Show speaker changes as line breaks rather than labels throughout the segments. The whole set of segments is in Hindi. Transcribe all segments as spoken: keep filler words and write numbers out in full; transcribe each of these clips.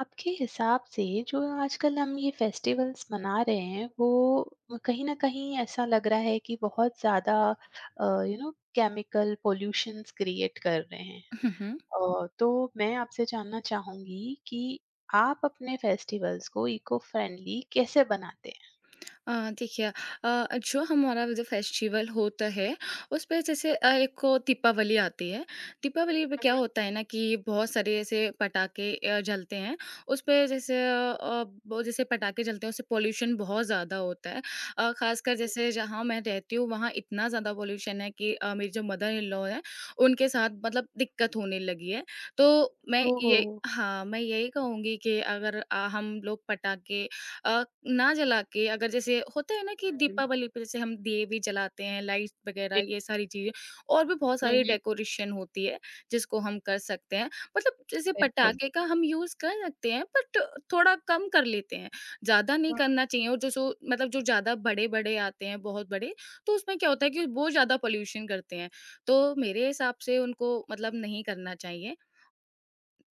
आपके हिसाब से जो आजकल हम ये फेस्टिवल्स मना रहे हैं वो कहीं ना कहीं ऐसा लग रहा है कि बहुत ज्यादा you know chemical pollutions create कर रहे हैं।
हुँ, हुँ।
अ, तो मैं आपसे जानना चाहूंगी कि आप अपने फेस्टिवल्स को इको फ्रेंडली कैसे बनाते हैं।
अ, देखिए, अ, जो हमारा जो फेस्टिवल होता है, उस पे जैसे अ, एक को दीपावली आती है। दीपावली पे क्या
हम्म।
होता है ना कि बहुत सारे ऐसे पटाखे अ, जलते हैं। उस पे जैसे अ, वो जैसे पटाखे जलते हैं, उससे पॉल्यूशन बहुत ज़्यादा होता है। अ, ख़ासकर जैसे जहाँ मैं रहती हूँ, वहाँ इतना ज़्यादा पॉल्यूशन है कि अ, मेरी जो मदर इन लॉ हैं, उनके साथ मतलब दिक्कत होने लगी है। तो मैं
ओहो।
ये हाँ, मैं यही कहूँगी कि अगर अ, हम लोग पटाखे अ, ना जला के, अगर जैसे होता है ना कि
हम्म।
दीपावली पे जैसे हम दिए भी जलाते हैं, लाइट्स वगैरह,
जी।
ये सारी चीज़ें और भी बहुत सारी
हम्म।
डेकोरेशन होती है, जिसको हम कर सकते हैं। मतलब जैसे
बिल्कुल।
पटाखे का हम यूज़ कर सकते हैं, बट थोड़ा कम कर लेते हैं, ज़्यादा नहीं करना चाहिए। और जो सो मतलब जो ज़्यादा बड़े-बड़े आते हैं, बहुत बड़े, तो उसमें क्या होता है कि वो ज़्यादा पॉल्यूशन करते हैं। तो मेरे हिसाब से उनको मतलब नहीं करना चाहिए।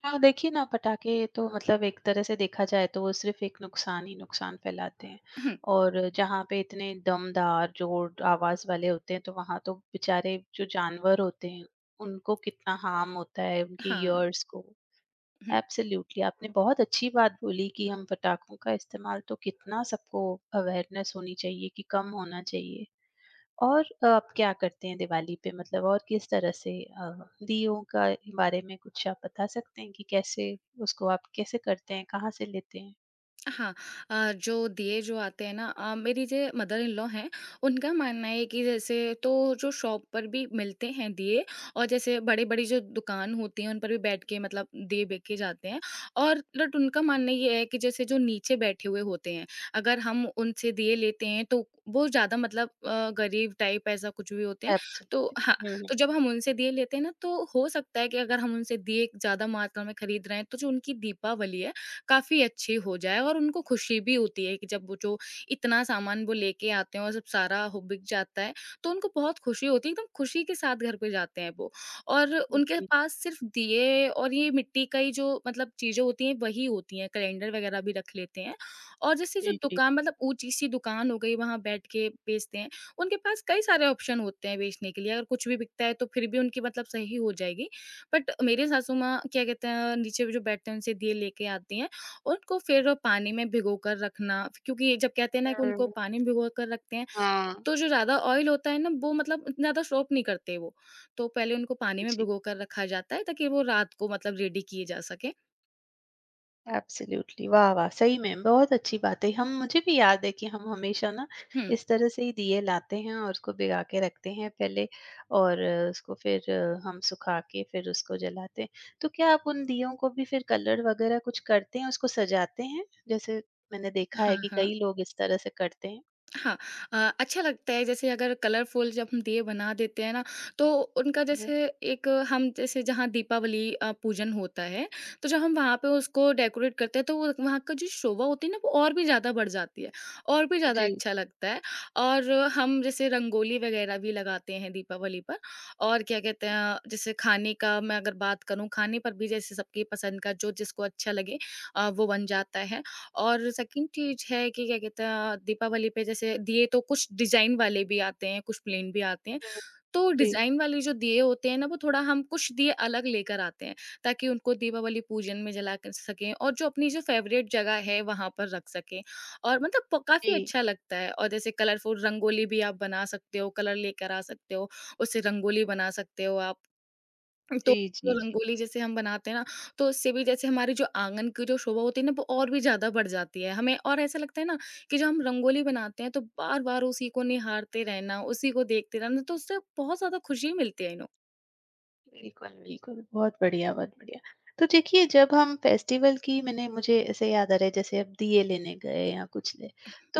हाँ, देखिए ना, पटाखे तो मतलब एक तरह से देखा जाए तो वो सिर्फ एक नुकसान ही नुकसान फैलाते हैं, और जहाँ पे इतने दमदार जोर आवाज वाले होते हैं तो वहां तो बेचारे जो जानवर होते हैं, उनको कितना हार्म होता है उनकी
हाँ।
ईयर्स को।
हुँ।
एब्सोल्युटली, आपने बहुत अच्छी बात बोली कि हम पटाखों का इस्तेमाल तो कितना, सबको अवेयरनेस होनी चाहिए कि कम होना चाहिए। और अ, आप क्या करते हैं दिवाली पे, मतलब और किस तरह से अ, दीयों का बारे में कुछ आप बता सकते हैं कि कैसे उसको आप कैसे करते हैं, कहाँ से लेते हैं?
हाँ, अ, जो दिए जो आते हैं ना, अ, मेरी जो मदर इन लॉ हैं, उनका मानना है कि जैसे तो जो शॉप पर भी मिलते हैं दिए, और जैसे बड़ी बड़ी जो दुकान होती हैं, उन पर भी बैठ के मतलब दिए बेचे जाते हैं। और बट उनका मानना ये है कि जैसे जो नीचे बैठे हुए होते हैं, अगर हम उनसे दिए लेते हैं, तो वो ज़्यादा मतलब अ, गरीब टाइप ऐसा कुछ भी होते हैं। तो हाँ,
एब्सोल्युटली। हुँ,
तो जब हम उनसे दिए लेते हैं ना, तो हो सकता है कि अगर हम उनसे दिए ज़्यादा मात्रा में खरीद रहे हैं, तो जो उनकी दीपावली है, काफ़ी अच्छी हो जाए, और उनको खुशी भी होती है कि जब वो जो इतना सामान वो लेके आते हैं, और सब सारा हो बिक जाता है, तो उनको बहुत खुशी होती है, एकदम खुशी के साथ घर पे जाते हैं वो। और
हुँ।
उनके
जी,
पास सिर्फ दिए और ये मिट्टी का ही जो मतलब चीज़ें होती हैं, वही होती हैं, कैलेंडर वगैरह भी रख लेते हैं। और जैसे जो
जी, जी।
दुकान मतलब ऊँची-सी दुकान हो गई, वहाँ बैठ के बेचते हैं, उनके पास कई सारे ऑप्शन होते हैं बेचने के लिए, अगर कुछ भी बिकता है तो फिर भी उनकी मतलब सही हो जाएगी। बट मेरे सासू माँ क्या कहते हैं, नीचे भी जो बैठते हैं उनसे दिए लेके आती हैं, उनको फिर पानी में भिगोकर रखना, क्योंकि जब कहते हैं ना कि उनको
हुँ,
पानी में भिगोकर रखते हैं,
हाँ।
तो जो ज़्यादा ऑयल होता है ना, वो मतलब इतना ज़्यादा सोक नहीं करते वो। तो पहले उनको पानी में
जी।
भिगोकर रखा जाता है, ताकि वो रात को मतलब रेडी किए जा सकें।
एब्सोल्युटली, वाह वाह, सही में बहुत अच्छी बात है। हम मुझे भी याद है कि हम हमेशा ना
हुँ।
इस तरह से ही दिए लाते हैं और उसको भिगा के रखते हैं पहले, और अ, उसको फिर अ, हम सुखा के फिर उसको जलाते हैं। तो क्या आप उन दियों को भी फिर कलर वगैरह कुछ करते हैं, उसको सजाते हैं जैसे मैंने देखा
हाँ,
है कि
हाँ।
कई लोग इस तरह से करते हैं।
हाँ, अ, अच्छा लगता है जैसे अगर कलरफुल जब हम दिए बना देते हैं ना, तो उनका
हम्म,
जैसे एक हम जैसे जहाँ दीपावली अ, पूजन होता है, तो जब हम वहाँ पे उसको डेकोरेट करते हैं, तो वो वहाँ का जो शोभा होती है ना, वो और भी ज़्यादा बढ़ जाती है, और भी ज़्यादा
जी
अच्छा लगता है। और हम जैसे रंगोली वगैरह भी लगाते हैं दीपावली पर। और क्या कहते हैं, जैसे खाने का मैं अगर बात करूँ, खाने पर भी जैसे सबकी पसंद का जो जिसको अच्छा लगे, अ, वो बन
जी।
जाता है। और सेकंड चीज़ है कि क्या कहते हैं, दीपावली पे जैसे दिए तो कुछ डिज़ाइन वाले भी आते हैं, कुछ प्लेन भी आते हैं।
हम्म,
तो
जी
डिज़ाइन वाले जो दिए होते हैं ना, वो थोड़ा हम कुछ दिए अलग लेकर आते हैं, ताकि उनको दीपावली पूजन में जला कर सकें, और जो अपनी जो फ़ेवरेट जगह है वहाँ पर रख सकें, और मतलब प काफ़ी
जी
अच्छा लगता है। और जैसे कलरफुल रंगोली भी आप बना सकते हो, कलर लेकर आ सकते हो, उससे रंगोली बना सकते हो आप। तो
जी।
जो
जी जी।
रंगोली जैसे हम बनाते हैं ना, तो उससे भी जैसे हमारी जो आँगन की जो शोभा होती है ना, वो और भी ज़्यादा बढ़ जाती है। हमें और ऐसा लगता है ना कि जो हम रंगोली बनाते हैं, तो बार-बार उसी को निहारते रहना, उसी को देखते रहना, तो उससे बहुत ज़्यादा खुशी मिलती है। इन
बिल्कुल, बिल्कुल, बहुत बढ़िया, बहुत बढ़िया। तो देखिए, जब हम फेस्टिवल की, मैंने, मुझे ऐसे याद आ रहा है जैसे अब दिए लेने गए या कुछ ले,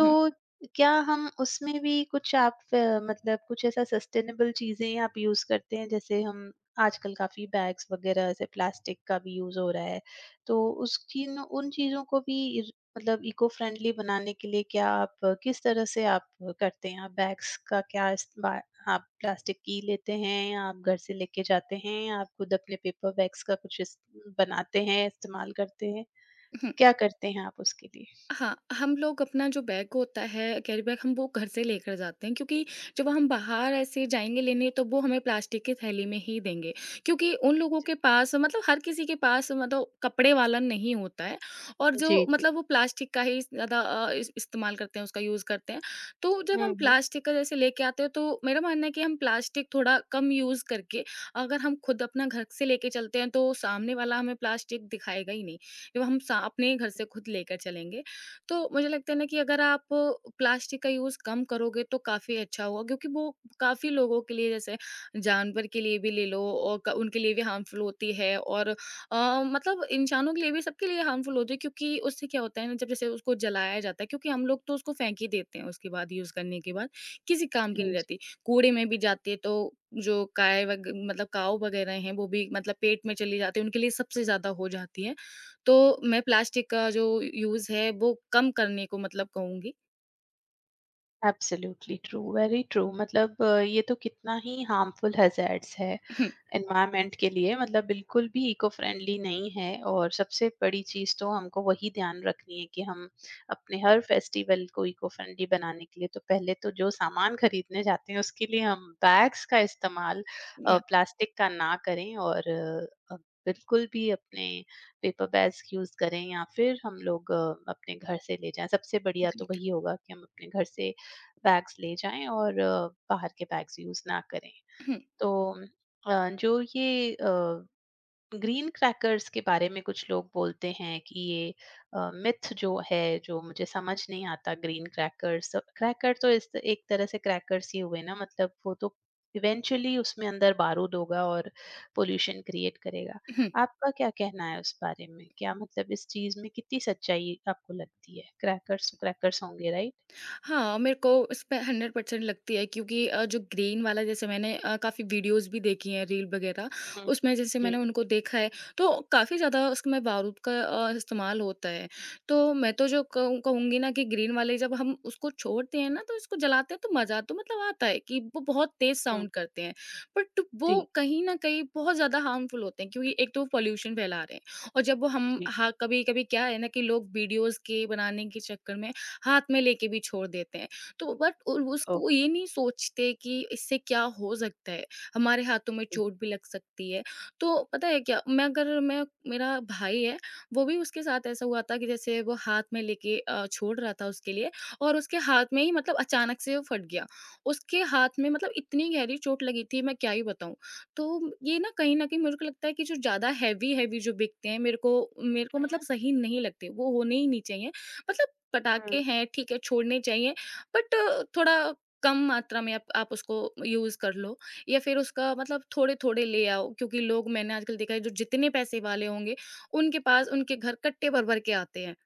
हुँ,
क्या हम उसमें भी कुछ, आप अ, मतलब कुछ ऐसा सस्टेनेबल चीज़ें आप यूज़ करते हैं? जैसे हम आजकल काफ़ी बैग्स वगैरह ऐसे प्लास्टिक का भी यूज़ हो रहा है, तो उस चीन उन चीज़ों को भी इर मतलब इको फ्रेंडली बनाने के लिए क्या आप अ, किस तरह से आप करते हैं? आप बैग्स का क्या इस्तेमा, आप प्लास्टिक की लेते हैं या आप घर से लेके जाते हैं या आप खुद अपने पेपर बैग्स का कुछ इस बनाते हैं, इस्तेमाल करते हैं?
हुँ।
क्या करते हैं आप उसके लिए?
हाँ, हम लोग अपना जो बैग होता है, कैरी बैग, हम वो घर से लेकर जाते हैं, क्योंकि जब हम बाहर ऐसे जाएँगे लेने, तो वो हमें प्लास्टिक की थैली में ही देंगे। क्योंकि उन लोगों के पास मतलब हर किसी के पास मतलब कपड़े वाला नहीं होता है, और जो
जी, जी।
मतलब वो प्लास्टिक का ही ज़्यादा अ, इस इस्तेमाल करते हैं, उसका यूज़ करते हैं। तो जब
हुँ,
हम
हुँ।
प्लास्टिक का जैसे लेके आते हैं, तो मेरा मानना है कि हम प्लास्टिक थोड़ा कम यूज़ करके, अगर हम खुद अपना घर से लेके चलते हैं, तो सामने वाला हमें प्लास्टिक दिखाएगा ही नहीं। जब हम सा अपने घर से खुद लेकर चलेंगे, तो मुझे लगता है ना कि अगर आप प्लास्टिक का यूज़ कम करोगे, तो काफ़ी अच्छा होगा, क्योंकि वो काफ़ी लोगों के लिए, जैसे जानवर के लिए भी ले लो, और क- उनके लिए भी हार्मफुल होती है, और अ, मतलब इंसानों के लिए भी, सबके लिए हार्मफुल होती है, क्योंकि उससे क्या होता है ना, जब जैसे उसको जलाया जाता है, क्योंकि हम लोग तो उसको फेंक ही देते हैं उसके बाद, यूज़ करने के बाद किसी काम की
जी,
नहीं
जी।
रहती। कूड़े में भी जाती है, तो जो गाय वग- मतलब काव वगैरह हैं, वो भी मतलब पेट में चली जाती है, उनके लिए सबसे ज़्यादा हो जाती है। तो मैं प्लास्टिक का जो यूज़ है वो कम करने को मतलब कहूँगी।
एब्सोल्युटली ट्रू, वेरी ट्रू, मतलब अ, ये तो कितना ही हार्मफुल हैजर्ड्स है
हुँ,
एनवायरनमेंट के लिए, मतलब बिल्कुल भी इको फ्रेंडली नहीं है। और सबसे बड़ी चीज़ तो हमको वही ध्यान रखनी है कि हम अपने हर फेस्टिवल को इको फ्रेंडली बनाने के लिए तो पहले तो जो सामान खरीदने जाते हैं उसके लिए हम बैग्स का इस्तेमाल,
या
प्लास्टिक का ना करें। और अ, बिल्कुल भी अपने पेपर बैग्स यूज करें, या फिर हम लोग अ, अपने घर से ले जाएं। सबसे बढ़िया तो
राइट।
वही होगा कि हम अपने घर से बैग्स ले जाएँ और अ, बाहर के बैग्स यूज़ ना करें।
हुँ,
तो अ, जो ये अ, ग्रीन क्रैकर्स के बारे में कुछ लोग बोलते हैं कि ये अ, मिथ जो है, जो मुझे समझ नहीं आता, ग्रीन क्रैकर्स, तो क्रैकर तो, इस एक तरह से क्रैकर्स ही हुए ना, मतलब वो तो इवेंचुअली उसमें अंदर बारूद होगा और पॉल्यूशन क्रिएट करेगा।
हुँ।
आपका क्या कहना है उस बारे में? क्या, मतलब इस चीज़ में कितनी सच्चाई आपको लगती है? क्रैकर्स, क्रैकर्स होंगे, राइट?
हाँ, मेरे को इसमें हंड्रेड परसेंट लगती है, क्योंकि अ, जो ग्रीन वाला, जैसे मैंने अ, काफ़ी वीडियोज़ भी देखी हैं, रील वगैरह,
हुँ।
उसमें जैसे
जी,
मैंने उनको देखा है, तो काफ़ी ज़्यादा उसमें बारूद का अ, इस्तेमाल होता है। तो मैं तो जो कहूँ कहूँगी ना कि ग्रीन वाले जब हम उसको छोड़ते हैं ना, तो इसको जलाते हैं तो मज़ा तो मतलब आता है कि वो बहुत तेज़
हुँ।
साउंड करते हैं, बट वो
जी।
कहीं न कहीं बहुत ज़्यादा हार्मफुल होते हैं, क्योंकि एक तो वो पॉल्यूशन फैला रहे हैं, और जब वो हम,
जी,
हाँ, कभी-कभी क्या है ना कि लोग वीडियोज़ के बनाने के चक्कर में हाथ में लेके भी छोड़ देते हैं। तो बट उ उसको
ओके।
ये नहीं सोचते कि इससे क्या हो सकता है, हमारे हाथों में चोट भी लग सकती है। तो पता है क्या, मैं अगर मैं मेरा भाई है, वो भी, उसके साथ ऐसा हुआ था कि जैसे वो हाथ में लेके अ, छोड़ रहा था उसके लिए, और उसके हाथ में ही मतलब अचानक से वो फट गया। उसके हाथ में मतलब इतनी गहरी चोट लगी थी, मैं क्या ही बताऊँ। तो ये ना कहीं न कहीं मेरे को लगता है कि जो ज़्यादा हैवी-हैवी जो बिकते हैं, मेरे को मेरे को मतलब सही नहीं लगते, वो होने ही नहीं चाहिए। मतलब पटाखे
हम्म,
हैं, ठीक है, छोड़ने चाहिए, बट थोड़ा कम मात्रा में आप आप उसको यूज कर लो, या फिर उसका मतलब थोड़े थोड़े ले आओ, क्योंकि लोग, मैंने आजकल देखा है, जो जितने पैसे वाले होंगे, उनके पास, उनके घर कट्टे भर भर के आते हैं।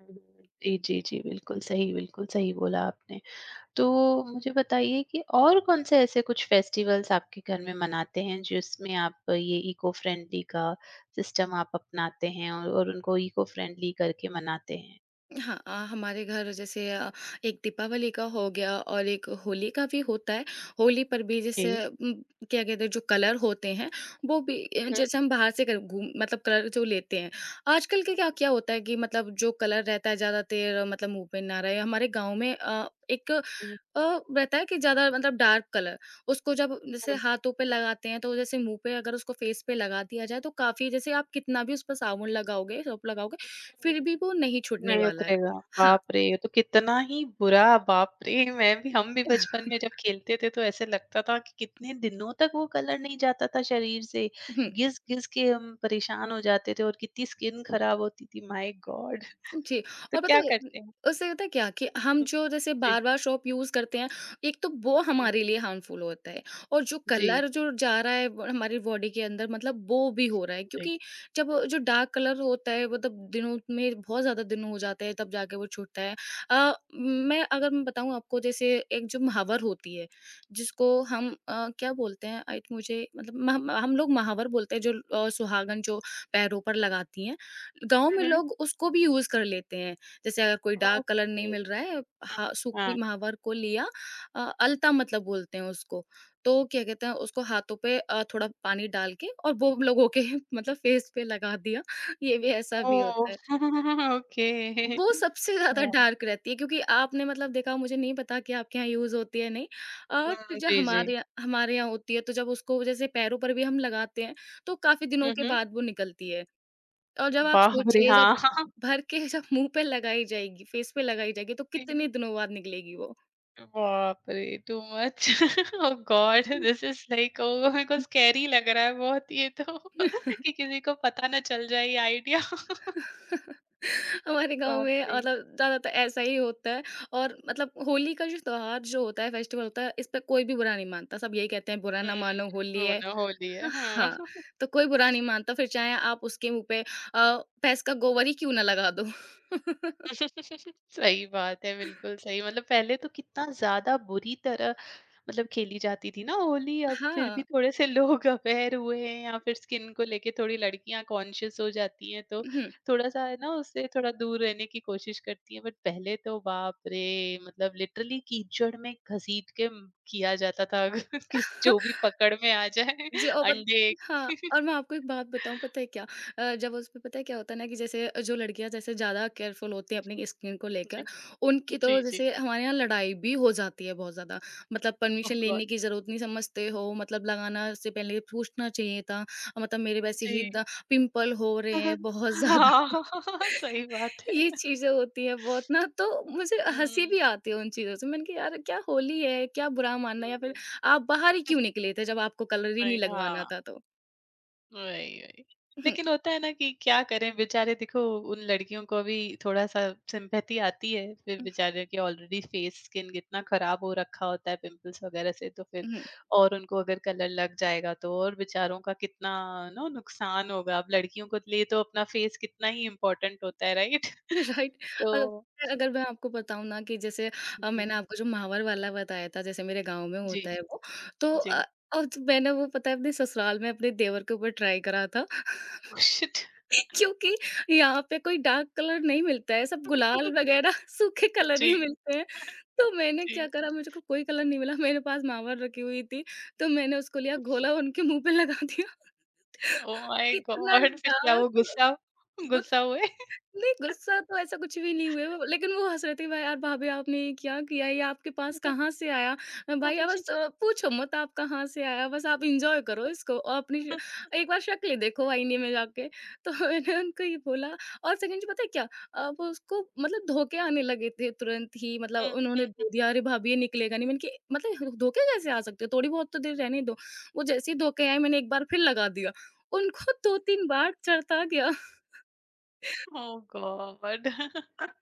जी, जी, जी, बिल्कुल सही, बिल्कुल सही बोला आपने। तो मुझे बताइए कि और कौन-से ऐसे कुछ फेस्टिवल्स आपके घर में मनाते हैं जिसमें आप ये इको फ्रेंडली का सिस्टम आप अपनाते हैं, और और उनको इको फ्रेंडली करके मनाते हैं?
हाँ, अ, हमारे घर जैसे अ, एक दीपावली का हो गया और एक होली का भी होता है। होली पर भी जैसे
जी।
म, क्या कहते हैं, जो कलर होते हैं, वो भी अ,
हुँ,
जैसे हम बाहर से कर, घूम मतलब कलर जो लेते हैं आजकल के, क्या क्या होता है कि मतलब जो कलर रहता है ज़्यादा देर, अ, मतलब मुंह पे ना रहे, हमारे गांव में अ, एक, अ, रहता है कि ज़्यादा मतलब डार्क कलर, उसको जब जैसे हाथों पे लगाते हैं, तो जैसे मुँह पे अगर उसको फेस पे लगा दिया जाए, तो काफ़ी, जैसे आप कितना भी उस पर साबुन लगाओगे, सोप लगाओगे,
हुँ।
फिर भी वो नहीं छूटने
नहीं
वाला है।
उतरेगा,
हाँ।
बाप रे! ये तो कितना ही बुरा। बाप रे! मैं भी, हम भी बचपन में जब खेलते थे तो ऐसे लगता था कि कितने दिनों तक वो कलर नहीं जाता था शरीर से,
हुँ।
घिस-घिस के हम परेशान हो जाते थे और कितनी स्किन खराब होती थी, माय गॉड!
जी,
तो
और
क्या
पता है उम,
करते हैं?
उससे होता है क्या कि हम
हुँ,
जो जैसे
जी,
बार-बार सोप यूज़ करते हैं, एक तो वो
हुँ,
हमारे लिए हार्मफुल होता है, और जो
जी,
कलर जो जा रहा है ब हमारी बॉडी के अंदर, मतलब वो भी हो रहा है,
जी।
क्योंकि जब वो जो डार्क कलर होता है, वो तब दिनों में बहुत ज़्यादा दिन हो जाते हैं तब जाके वो छूटता है। अ, मैं अगर मैं बताऊँ आपको, जैसे एक जो मुहावर होती है, जिसको हम अ, क्या बोलते हैं? आई मुझे मतलब मह हम लोग मुहावर बोलते हैं जो अ, सुहागन जो पैरों पर लगाती हैं। गाँव में
हुँ, हुँ,
लोग उसको भी यूज़ कर लेते हैं। जैसे अगर कोई डार्क कलर नहीं
ओके।
मिल रहा है,
हाँ,
हा सूखी
हाँ।
महावर को लिया। अ, अलता मतलब बोलते हैं उसको। तो क्या कहते हैं, उसको हाथों पे अ, थोड़ा पानी डाल के और वो लोगों के मतलब फेस पे लगा दिया। ये भी ऐसा भी होता
ओह!
है।
ओके।
वो सबसे ज़्यादा
हाँ,
डार्क रहती है क्योंकि आपने मतलब देखा, मुझे नहीं पता कि आपके यहाँ यूज़ होती है नहीं। बट
हाँ,
जब
जी, जी।
हमारे यहाँ हमारे यहाँ होती है तो जब उसको जैसे पैरों पर भी हम लगाते हैं, तो काफ़ी दिनों
हुँ,
के
हुँ,
बाद वो निकलती है। और जब आप
बाप रे!
सोचिए, जब
हाँ।
भर के जब मुँह पे लगाई जाएगी, फेस पे लगाई जाएगी, तो कितने दिनों बाद निकलेगी वो।
बाप रे! Too much. Oh god, this is like, oh मेरे को स्कैरी लग रहा है बहुत ये तो कि किसी को पता ना चल जाए ये आइडिया।
हमारे गाँव
बाप
में
रे!
मतलब ज़्यादातर ऐसा ही होता है और मतलब होली का जो त्योहार जो होता है, फेस्टिवल होता है, इस पे कोई भी बुरा नहीं मानता। सब यही कहते हैं बुरा
हुँ,
ना मानो होली
हो
है।
ना हो लिया। हाँ।
हाँ, तो कोई बुरा नहीं मानता फिर चाहे आप उसके मुँह पे अ, भैंस का गोबर ही क्यों ना लगा दो।
सही बात है, बिल्कुल सही। मतलब पहले तो कितना ज़्यादा बुरी तरह मतलब खेली जाती थी ना होली, अब फिर भी
हाँ,
थोड़े-से लोग अवेयर हुए हैं, या फिर स्किन को लेके थोड़ी लड़कियाँ कॉन्शियस हो जाती हैं, तो
हुँ।
थोड़ा-सा है ना, उससे थोड़ा दूर रहने की कोशिश करती हैं। बट पहले तो बाप रे! मतलब लिटरली कीचड़ में घसीट के म किया जाता था, अगर किस जो भी पकड़ में आ जाए,
जी और पत
अंडे
हाँ, और मैं आपको एक बात बताऊँ, पता है क्या? अ, जब उसमें पता है क्या होता है ना कि जैसे जो लड़कियाँ जैसे ज़्यादा केयरफुल होती हैं अपनी स्किन को लेकर,
जी,
उनकी
जी,
तो
जी।
जैसे हमारे यहाँ लड़ाई भी हो जाती है बहुत ज़्यादा। मतलब परमिशन
ओह
लेने
गॉड!
की ज़रूरत नहीं समझते हो, मतलब लगाना से पहले पूछना चाहिए था। मतलब मेरे वैसे
जी।
ही द पिंपल हो रहे हैं
हाँ,
बहुत ज़्यादा।
सही बात है।
ये चीज़ें होती हैं बहुत ना, तो मुझे हँसी
हुँ,
भी आती है उन चीज़ों से। मैंने कहा यार क्या होली है, क्या बुरा मानना,
हुँ।
या फिर
वही,
आप बाहर ही क्यों निकले थे जब आपको कलर ही नहीं
हाँ,
लगवाना था तो?
वही, वही।
उहुँ,
लेकिन होता है ना कि क्या करें, बेचारे देखो उन लड़कियों को भी थोड़ा-सा सिम्पैथी आती है, फिर
उह,
बेचारे के ऑलरेडी फेस स्किन कितना खराब हो रखा होता है पिंपल्स वगैरह से, तो फिर
उहुँ,
और उनको अगर कलर लग जाएगा तो और बेचारों का कितना नो नुकसान होगा। अब लड़कियों के लिए तो अपना फेस कितना ही इम्पोर्टेंट होता है, राइट?
राइट। अ,
तो
अगर मैं आपको बताऊँ ना कि जैसे अ,
जी,
मैंने आपको जो महावर वाला बताया था जैसे मेरे गाँव में
जी,
होता है वो, तो
जी।
अ, और तो मैंने वो पता है अपने ससुराल में अपने देवर के ऊपर ट्राई करा था।
Oh shit!
क्योंकि यहाँ पे कोई डार्क कलर नहीं मिलता है, सब गुलाल वगैरह सूखे कलर
जी।
ही मिलते हैं। तो मैंने
जी।
क्या करा, मुझे को कोई कलर नहीं मिला, मेरे पास मावर रखी हुई थी, तो मैंने उसको लिया, घोला, उनके मुँह पे लगा दिया।
ओह माय
इतना
गॉड! फिर क्या वो
डार्क
गुस्सा,
गुड
गुस्सा हुए?
नहीं, गुस्सा तो ऐसा कुछ भी नहीं हुए वो, लेकिन वो हँस रहे थे, "भाई यार भाभी आपने ये क्या किया? ये आपके पास कहाँ से आया? अ, भाई आप बस अ, पूछो मत आप कहाँ से आया? बस आप एन्जॉय करो इसको और अपनी श एक बार शक्ल देखो आईने में जाके।" तो मैंने उनको ये बोला। और सेकंड चीज़ पता है क्या? अ, वो उसको मतलब धोखे आने लगे थे तुरंत ही, मतलब
हुँ, हुँ,
उन्होंने
हुँ।
धो दिया, "अरे भाभी ये निकलेगा नहीं।" मैंने कि मतलब धोखे कैसे आ सकते हो? थोड़ी बहुत तो देर रहने दो। वो जैसे ही धोके आए मैंने एक बार फिर लगा दिया। उनको दो तीन बार चढ़ता गया।
Oh god!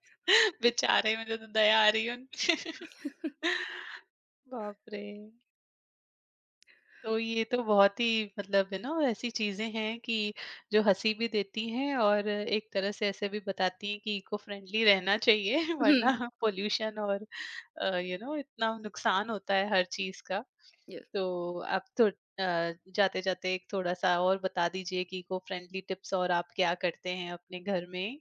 बेचारे, मुझे तो दया आ रही है उन पे। बाप रे! तो ये तो बहुत ही, मतलब है ना ऐसी चीजें हैं कि जो हंसी भी देती हैं और एक तरह से ऐसे भी बताती हैं कि इको फ्रेंडली रहना चाहिए, वरना पोल्यूशन और यू नो इतना नुकसान होता है हर चीज का।
हुँ।
तो आप तो जाते जाते एक थोड़ा सा और बता दीजिए कि इको फ्रेंडली टिप्स, और आप क्या करते हैं अपने घर में।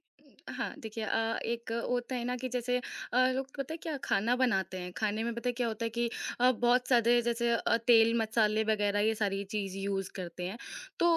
हाँ, देखिए, अ, एक होता है ना कि जैसे अ, लोग पता है क्या खाना बनाते हैं, खाने में पता है क्या होता है कि अ, बहुत सारे जैसे अ, तेल मसाले वगैरह ये सारी चीज़ यूज़ करते हैं। तो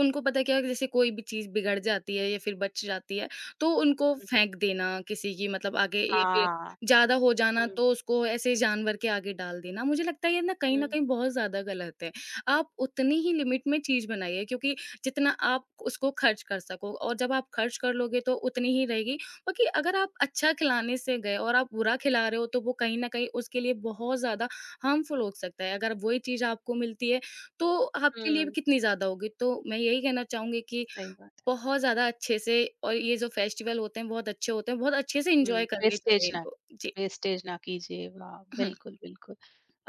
उनको पता है क्या कि जैसे कोई भी चीज़ बिगड़ जाती है या फिर बच जाती है, तो उनको
मम्म।
फेंक देना किसी की मतलब आगे, या फिर
हाँ।
ज़्यादा हो जाना
हम्म।
तो उसको ऐसे जानवर के आगे डाल देना। मुझे लगता है ये ना कहीं न
हम्म।
कहीं बहुत ज़्यादा गलत है। आप उतनी ही लिमिट में चीज़ बनाइए क्योंकि जितना आप उसको खर्च कर सको, और जब आप खर्च कर लोगे तो उतनी ही रहेगी। बाकी अगर आप अच्छा खिलाने से गए और आप बुरा खिला रहे हो, तो वो कहीं ना कहीं उसके लिए बहुत ज़्यादा हार्मफुल हो सकता है। अगर वही चीज़ आपको मिलती है तो आपके लिए भी
हम्म,
कितनी ज़्यादा होगी। तो मैं यही कहना चाहूँगी कि
सही बात।
बहुत ज़्यादा अच्छे से, और ये जो फेस्टिवल होते हैं बहुत अच्छे होते हैं, बहुत अच्छे से
हुँ,
इंजॉय करने
वेस्टेज
चाहिए
ना
इनको जी।
वेस्टेज ना कीजिए, वाह!
हम्म।
बिल्कुल, बिल्कुल।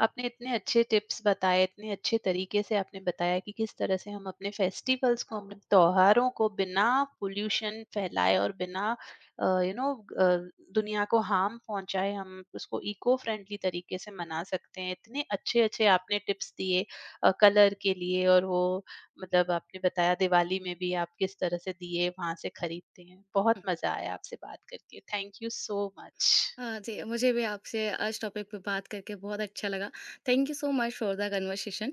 आपने इतने अच्छे टिप्स बताए, इतने अच्छे तरीके से आपने बताया कि किस तरह से हम अपने फेस्टिवल्स को, अपने त्योहारों को बिना पॉल्यूशन फैलाए और बिना अ, यू नो अ, दुनिया को हार्म पहुँचाए, हम उसको इको फ्रेंडली तरीके से मना सकते हैं। इतने अच्छे-अच्छे आपने टिप्स दिए अ, कलर के लिए, और वो मतलब आपने बताया दिवाली में भी आप किस तरह से दिए वहाँ से खरीदते हैं। बहुत
हम्म।
मज़ा आया आपसे बात करके। Thank you so much.
हाँ जी, मुझे भी आपसे आज टॉपिक पे बात करके बहुत अच्छा लगा। Thank you so much for the conversation.